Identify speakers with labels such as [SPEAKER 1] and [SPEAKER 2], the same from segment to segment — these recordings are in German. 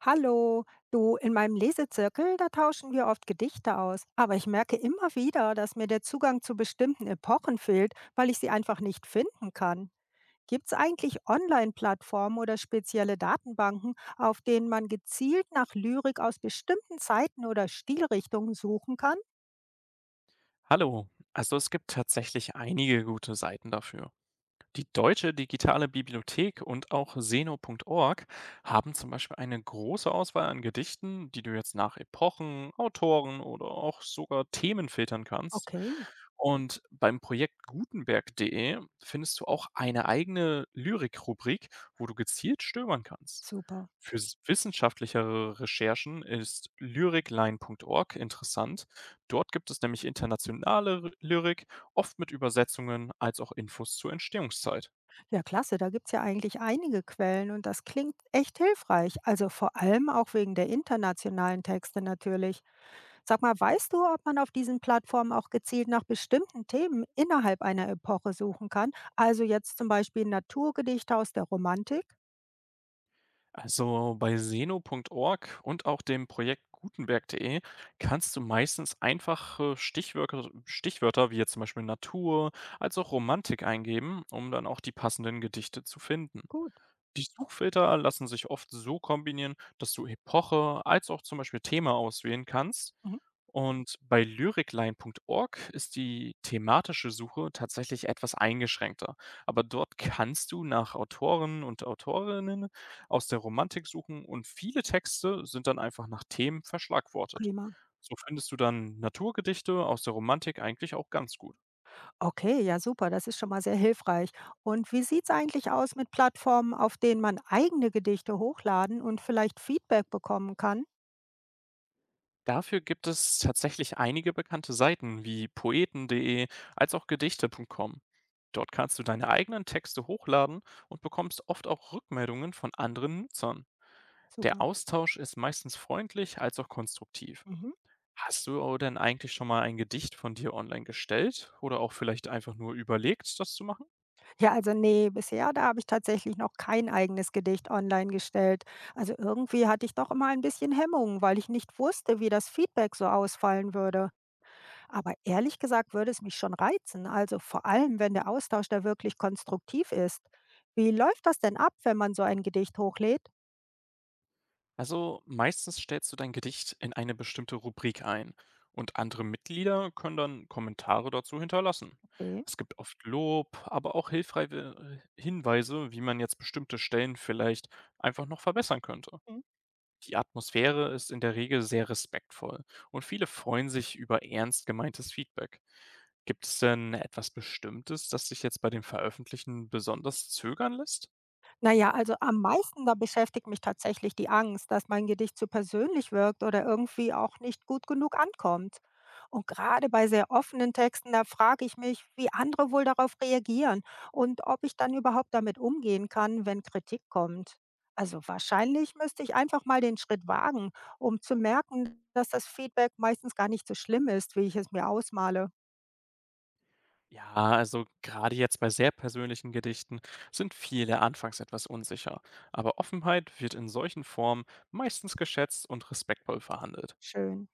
[SPEAKER 1] Hallo, du, in meinem Lesezirkel, da tauschen wir oft Gedichte aus, aber ich merke immer wieder, dass mir der Zugang zu bestimmten Epochen fehlt, weil ich sie einfach nicht finden kann. Gibt es eigentlich Online-Plattformen oder spezielle Datenbanken, auf denen man gezielt nach Lyrik aus bestimmten Zeiten oder Stilrichtungen suchen kann?
[SPEAKER 2] Hallo. Also es gibt tatsächlich einige gute Seiten dafür. Die Deutsche Digitale Bibliothek und auch seno.org haben zum Beispiel eine große Auswahl an Gedichten, die du jetzt nach Epochen, Autoren oder auch sogar Themen filtern kannst.
[SPEAKER 1] Okay,
[SPEAKER 2] Und beim Projekt gutenberg.de findest du auch eine eigene Lyrik-Rubrik, wo du gezielt stöbern kannst.
[SPEAKER 1] super.
[SPEAKER 2] Für wissenschaftlichere Recherchen ist lyrikline.org interessant. Dort gibt es nämlich internationale Lyrik, oft mit Übersetzungen als auch Infos zur Entstehungszeit.
[SPEAKER 1] Ja, klasse, da gibt es ja eigentlich einige Quellen und das klingt echt hilfreich, also vor allem auch wegen der internationalen Texte natürlich. Sag mal, weißt du, ob man auf diesen Plattformen auch gezielt nach bestimmten Themen innerhalb einer Epoche suchen kann? Also jetzt zum Beispiel Naturgedichte aus der Romantik?
[SPEAKER 2] Also bei seno.org und auch dem Projekt gutenberg.de kannst du meistens einfache Stichwörter wie jetzt zum Beispiel Natur als auch Romantik eingeben, um dann auch die passenden Gedichte zu finden.
[SPEAKER 1] Gut.
[SPEAKER 2] Die Suchfilter lassen sich oft so kombinieren, dass du Epoche als auch zum Beispiel Thema auswählen kannst.
[SPEAKER 1] Mhm,
[SPEAKER 2] Und bei lyricline.org ist die thematische Suche tatsächlich etwas eingeschränkter. Aber dort kannst du nach Autoren und Autorinnen aus der Romantik suchen und viele Texte sind dann einfach nach Themen verschlagwortet.
[SPEAKER 1] prima.
[SPEAKER 2] So findest du dann Naturgedichte aus der Romantik eigentlich auch ganz gut.
[SPEAKER 1] Okay, ja super, das ist schon mal sehr hilfreich. Und wie sieht es eigentlich aus mit Plattformen, auf denen man eigene Gedichte hochladen und vielleicht Feedback bekommen kann?
[SPEAKER 2] Dafür gibt es tatsächlich einige bekannte Seiten wie poeten.de als auch gedichte.com. Dort kannst du deine eigenen Texte hochladen und bekommst oft auch Rückmeldungen von anderen Nutzern. Der
[SPEAKER 1] Super.
[SPEAKER 2] Austausch ist meistens freundlich als auch konstruktiv.
[SPEAKER 1] Mhm.
[SPEAKER 2] Hast du denn eigentlich schon mal ein Gedicht von dir online gestellt oder auch vielleicht einfach nur überlegt, das zu machen?
[SPEAKER 1] Ja, also ne, bisher, da habe ich tatsächlich noch kein eigenes Gedicht online gestellt. Also irgendwie hatte ich doch immer ein bisschen Hemmungen, weil ich nicht wusste, wie das Feedback so ausfallen würde. Aber ehrlich gesagt würde es mich schon reizen, also vor allem, wenn der Austausch da wirklich konstruktiv ist. Wie läuft das denn ab, wenn man so ein Gedicht hochlädt?
[SPEAKER 2] Also meistens stellst du dein Gedicht in eine bestimmte Rubrik ein und andere Mitglieder können dann Kommentare dazu hinterlassen. Es gibt oft Lob, aber auch hilfreiche Hinweise, wie man jetzt bestimmte Stellen vielleicht einfach noch verbessern könnte.
[SPEAKER 1] Okay.
[SPEAKER 2] Die Atmosphäre ist in der Regel sehr respektvoll und viele freuen sich über ernst gemeintes Feedback. Gibt es denn etwas Bestimmtes, das dich jetzt bei dem Veröffentlichen besonders zögern lässt?
[SPEAKER 1] Na ja, also am meisten da beschäftigt mich tatsächlich die Angst, dass mein Gedicht zu persönlich wirkt oder irgendwie auch nicht gut genug ankommt. Und gerade bei sehr offenen Texten, da frage ich mich, wie andere wohl darauf reagieren und ob ich dann überhaupt damit umgehen kann, wenn Kritik kommt. Also wahrscheinlich müsste ich einfach mal den Schritt wagen, um zu merken, dass das Feedback meistens gar nicht so schlimm ist, wie ich es mir ausmale.
[SPEAKER 2] Ja, also gerade jetzt bei sehr persönlichen Gedichten sind viele anfangs etwas unsicher, aber Offenheit wird in solchen Formen meistens geschätzt und respektvoll verhandelt.
[SPEAKER 1] Schön,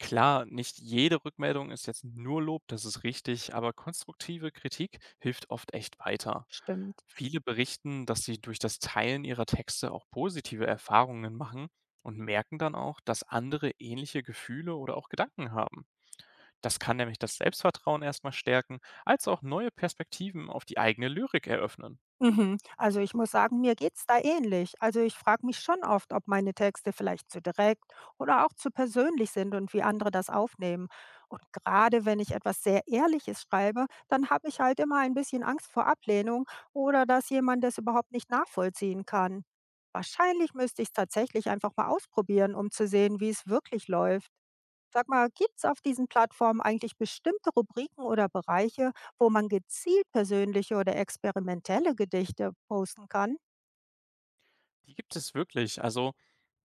[SPEAKER 2] Klar, nicht jede Rückmeldung ist jetzt nur Lob, das ist richtig, aber konstruktive Kritik hilft oft echt weiter.
[SPEAKER 1] stimmt.
[SPEAKER 2] Viele berichten, dass sie durch das Teilen ihrer Texte auch positive Erfahrungen machen und merken dann auch, dass andere ähnliche Gefühle oder auch Gedanken haben. Das kann nämlich das Selbstvertrauen erst mal stärken, als auch neue Perspektiven auf die eigene Lyrik eröffnen.
[SPEAKER 1] Mhm. Also ich muss sagen, mir geht's da ähnlich. Also ich frage mich schon oft, ob meine Texte vielleicht zu direkt oder auch zu persönlich sind und wie andere das aufnehmen. Und gerade wenn ich etwas sehr Ehrliches schreibe, dann habe ich halt immer ein bisschen Angst vor Ablehnung oder dass jemand das überhaupt nicht nachvollziehen kann. Wahrscheinlich müsste ich es tatsächlich einfach mal ausprobieren, um zu sehen, wie es wirklich läuft. Sag mal, gibt es auf diesen Plattformen eigentlich bestimmte Rubriken oder Bereiche, wo man gezielt persönliche oder experimentelle Gedichte posten kann?
[SPEAKER 2] Die gibt es wirklich. Also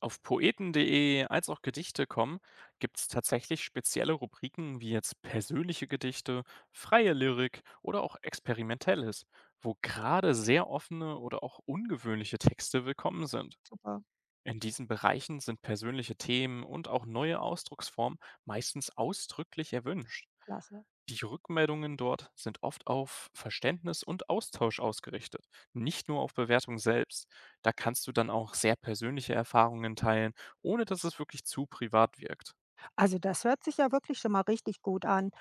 [SPEAKER 2] auf poeten.de als auch Gedichte kommen, gibt es tatsächlich spezielle Rubriken wie jetzt persönliche Gedichte, freie Lyrik oder auch experimentelles, wo gerade sehr offene oder auch ungewöhnliche Texte willkommen sind.
[SPEAKER 1] Super,
[SPEAKER 2] In diesen Bereichen sind persönliche Themen und auch neue Ausdrucksformen meistens ausdrücklich erwünscht.
[SPEAKER 1] klasse.
[SPEAKER 2] Die Rückmeldungen dort sind oft auf Verständnis und Austausch ausgerichtet, nicht nur auf Bewertung selbst. Da kannst du dann auch sehr persönliche Erfahrungen teilen, ohne dass es wirklich zu privat wirkt.
[SPEAKER 1] Also das hört sich ja wirklich schon mal richtig gut an.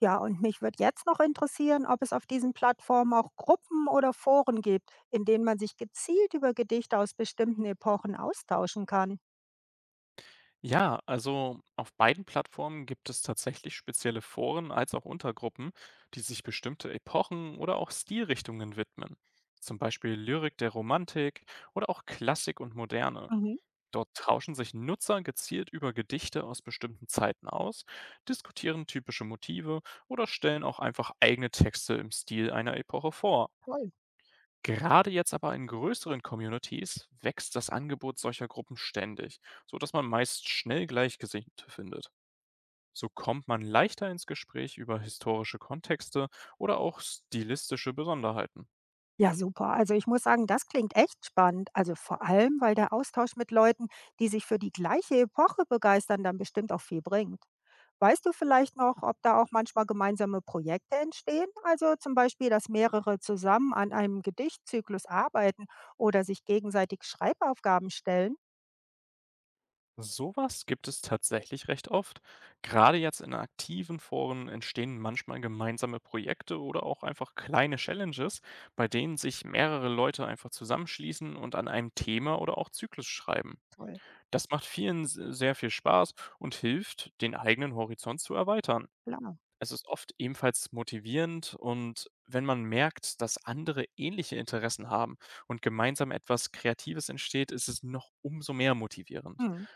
[SPEAKER 1] Ja, und mich würde jetzt noch interessieren, ob es auf diesen Plattformen auch Gruppen oder Foren gibt, in denen man sich gezielt über Gedichte aus bestimmten Epochen austauschen kann.
[SPEAKER 2] Ja, also auf beiden Plattformen gibt es tatsächlich spezielle Foren als auch Untergruppen, die sich bestimmte Epochen oder auch Stilrichtungen widmen. Zum Beispiel Lyrik der Romantik oder auch Klassik und Moderne.
[SPEAKER 1] Mhm.
[SPEAKER 2] Dort tauschen sich Nutzer gezielt über Gedichte aus bestimmten Zeiten aus, diskutieren typische Motive oder stellen auch einfach eigene Texte im Stil einer Epoche vor.
[SPEAKER 1] Toll.
[SPEAKER 2] Gerade jetzt aber in größeren Communities wächst das Angebot solcher Gruppen ständig, so dass man meist schnell Gleichgesinnte findet. So kommt man leichter ins Gespräch über historische Kontexte oder auch stilistische Besonderheiten.
[SPEAKER 1] Ja, super. Also ich muss sagen, das klingt echt spannend. Also vor allem, weil der Austausch mit Leuten, die sich für die gleiche Epoche begeistern, dann bestimmt auch viel bringt. Weißt du vielleicht noch, ob da auch manchmal gemeinsame Projekte entstehen? Also zum Beispiel, dass mehrere zusammen an einem Gedichtzyklus arbeiten oder sich gegenseitig Schreibaufgaben stellen?
[SPEAKER 2] Sowas gibt es tatsächlich recht oft. Gerade jetzt in aktiven Foren entstehen manchmal gemeinsame Projekte oder auch einfach kleine Challenges, bei denen sich mehrere Leute einfach zusammenschließen und an einem Thema oder auch Zyklus schreiben.
[SPEAKER 1] Toll,
[SPEAKER 2] Das macht vielen s sehr viel Spaß und hilft, den eigenen Horizont zu erweitern.
[SPEAKER 1] klar.
[SPEAKER 2] Es ist oft ebenfalls motivierend und wenn man merkt, dass andere ähnliche Interessen haben und gemeinsam etwas Kreatives entsteht, ist es noch umso mehr motivierend.
[SPEAKER 1] Hm.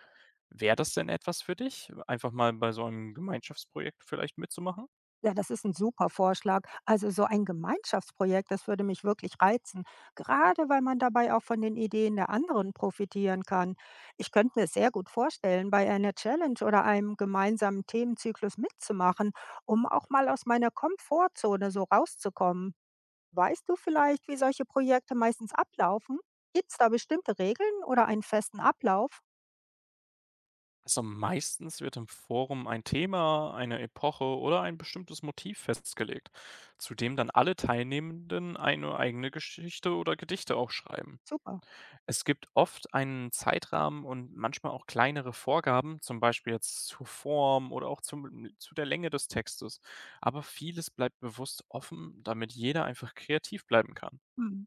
[SPEAKER 2] Wäre das denn etwas für dich, einfach mal bei so einem Gemeinschaftsprojekt vielleicht mitzumachen?
[SPEAKER 1] Ja, das ist ein super Vorschlag. Also, so ein Gemeinschaftsprojekt, das würde mich wirklich reizen, gerade weil man dabei auch von den Ideen der anderen profitieren kann. Ich könnte mir sehr gut vorstellen, bei einer Challenge oder einem gemeinsamen Themenzyklus mitzumachen, um auch mal aus meiner Komfortzone so rauszukommen. Weißt du vielleicht, wie solche Projekte meistens ablaufen? Gibt es da bestimmte Regeln oder einen festen Ablauf?
[SPEAKER 2] Also meistens wird im Forum ein Thema, eine Epoche oder ein bestimmtes Motiv festgelegt, zu dem dann alle Teilnehmenden eine eigene Geschichte oder Gedichte auch schreiben.
[SPEAKER 1] Super.
[SPEAKER 2] Es gibt oft einen Zeitrahmen und manchmal auch kleinere Vorgaben, zum Beispiel jetzt zur Form oder auch zu der Länge des Textes. Aber vieles bleibt bewusst offen, damit jeder einfach kreativ bleiben kann.
[SPEAKER 1] Mhm.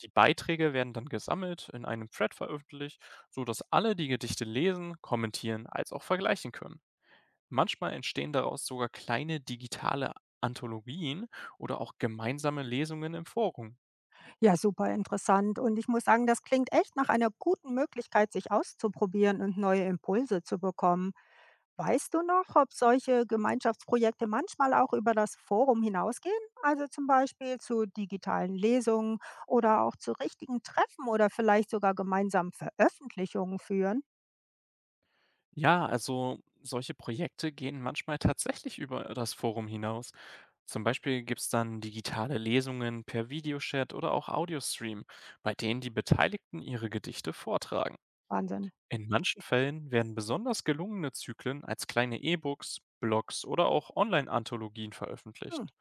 [SPEAKER 2] Die Beiträge werden dann gesammelt, in einem Thread veröffentlicht, so dass alle die Gedichte lesen, kommentieren als auch vergleichen können. Manchmal entstehen daraus sogar kleine digitale Anthologien oder auch gemeinsame Lesungen im Forum.
[SPEAKER 1] Ja, super interessant. Und ich muss sagen, das klingt echt nach einer guten Möglichkeit, sich auszuprobieren und neue Impulse zu bekommen. Weißt du noch, ob solche Gemeinschaftsprojekte manchmal auch über das Forum hinausgehen? Also zum Beispiel zu digitalen Lesungen oder auch zu richtigen Treffen oder vielleicht sogar gemeinsamen Veröffentlichungen führen?
[SPEAKER 2] Ja, also solche Projekte gehen manchmal tatsächlich über das Forum hinaus. Zum Beispiel gibt es dann digitale Lesungen per Videochat oder auch Audiostream, bei denen die Beteiligten ihre Gedichte vortragen.
[SPEAKER 1] Wahnsinn.
[SPEAKER 2] In manchen Fällen werden besonders gelungene Zyklen als kleine E-Books, Blogs oder auch Online-Anthologien
[SPEAKER 1] Hm,
[SPEAKER 2] veröffentlicht.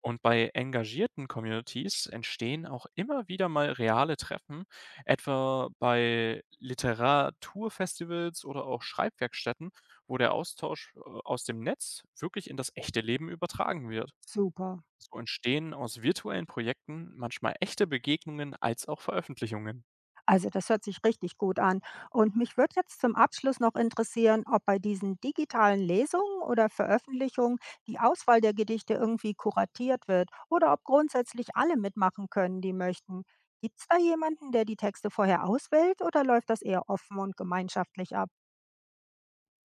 [SPEAKER 2] Und bei engagierten Communities entstehen auch immer wieder mal reale Treffen, etwa bei Literaturfestivals oder auch Schreibwerkstätten, wo der Austausch aus dem Netz wirklich in das echte Leben übertragen wird.
[SPEAKER 1] super.
[SPEAKER 2] So entstehen aus virtuellen Projekten manchmal echte Begegnungen als auch Veröffentlichungen.
[SPEAKER 1] Also das hört sich richtig gut an. Und mich würde jetzt zum Abschluss noch interessieren, ob bei diesen digitalen Lesungen oder Veröffentlichungen die Auswahl der Gedichte irgendwie kuratiert wird oder ob grundsätzlich alle mitmachen können, die möchten. Gibt es da jemanden, der die Texte vorher auswählt oder läuft das eher offen und gemeinschaftlich ab?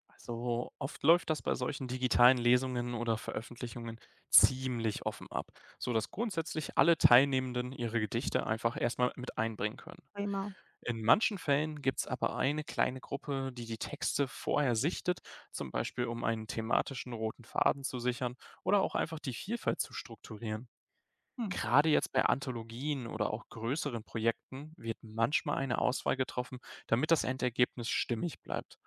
[SPEAKER 2] Also oft läuft das bei solchen digitalen Lesungen oder Veröffentlichungen ziemlich offen ab, so dass grundsätzlich alle Teilnehmenden ihre Gedichte einfach erstmal mit einbringen können.
[SPEAKER 1] Prima.
[SPEAKER 2] In manchen Fällen gibt es aber eine kleine Gruppe, die die Texte vorher sichtet, zum Beispiel um einen thematischen roten Faden zu sichern oder auch einfach die Vielfalt zu strukturieren.
[SPEAKER 1] Hm.
[SPEAKER 2] Gerade jetzt bei Anthologien oder auch größeren Projekten wird manchmal eine Auswahl getroffen, damit das Endergebnis stimmig bleibt.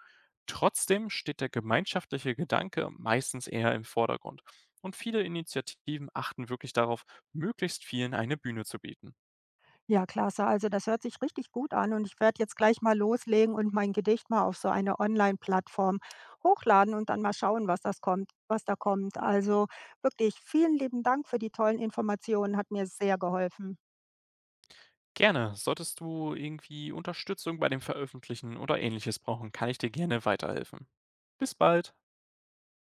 [SPEAKER 2] Trotzdem steht der gemeinschaftliche Gedanke meistens eher im Vordergrund und viele Initiativen achten wirklich darauf, möglichst vielen eine Bühne zu bieten.
[SPEAKER 1] Ja, klasse. Also das hört sich richtig gut an und ich werde jetzt gleich mal loslegen und mein Gedicht mal auf so eine Online-Plattform hochladen und dann mal schauen, was das kommt, was da kommt. Also wirklich vielen lieben Dank für die tollen Informationen, hat mir sehr geholfen.
[SPEAKER 2] Gerne, solltest du irgendwie Unterstützung bei dem Veröffentlichen oder ähnliches brauchen, kann ich dir gerne weiterhelfen. Bis bald!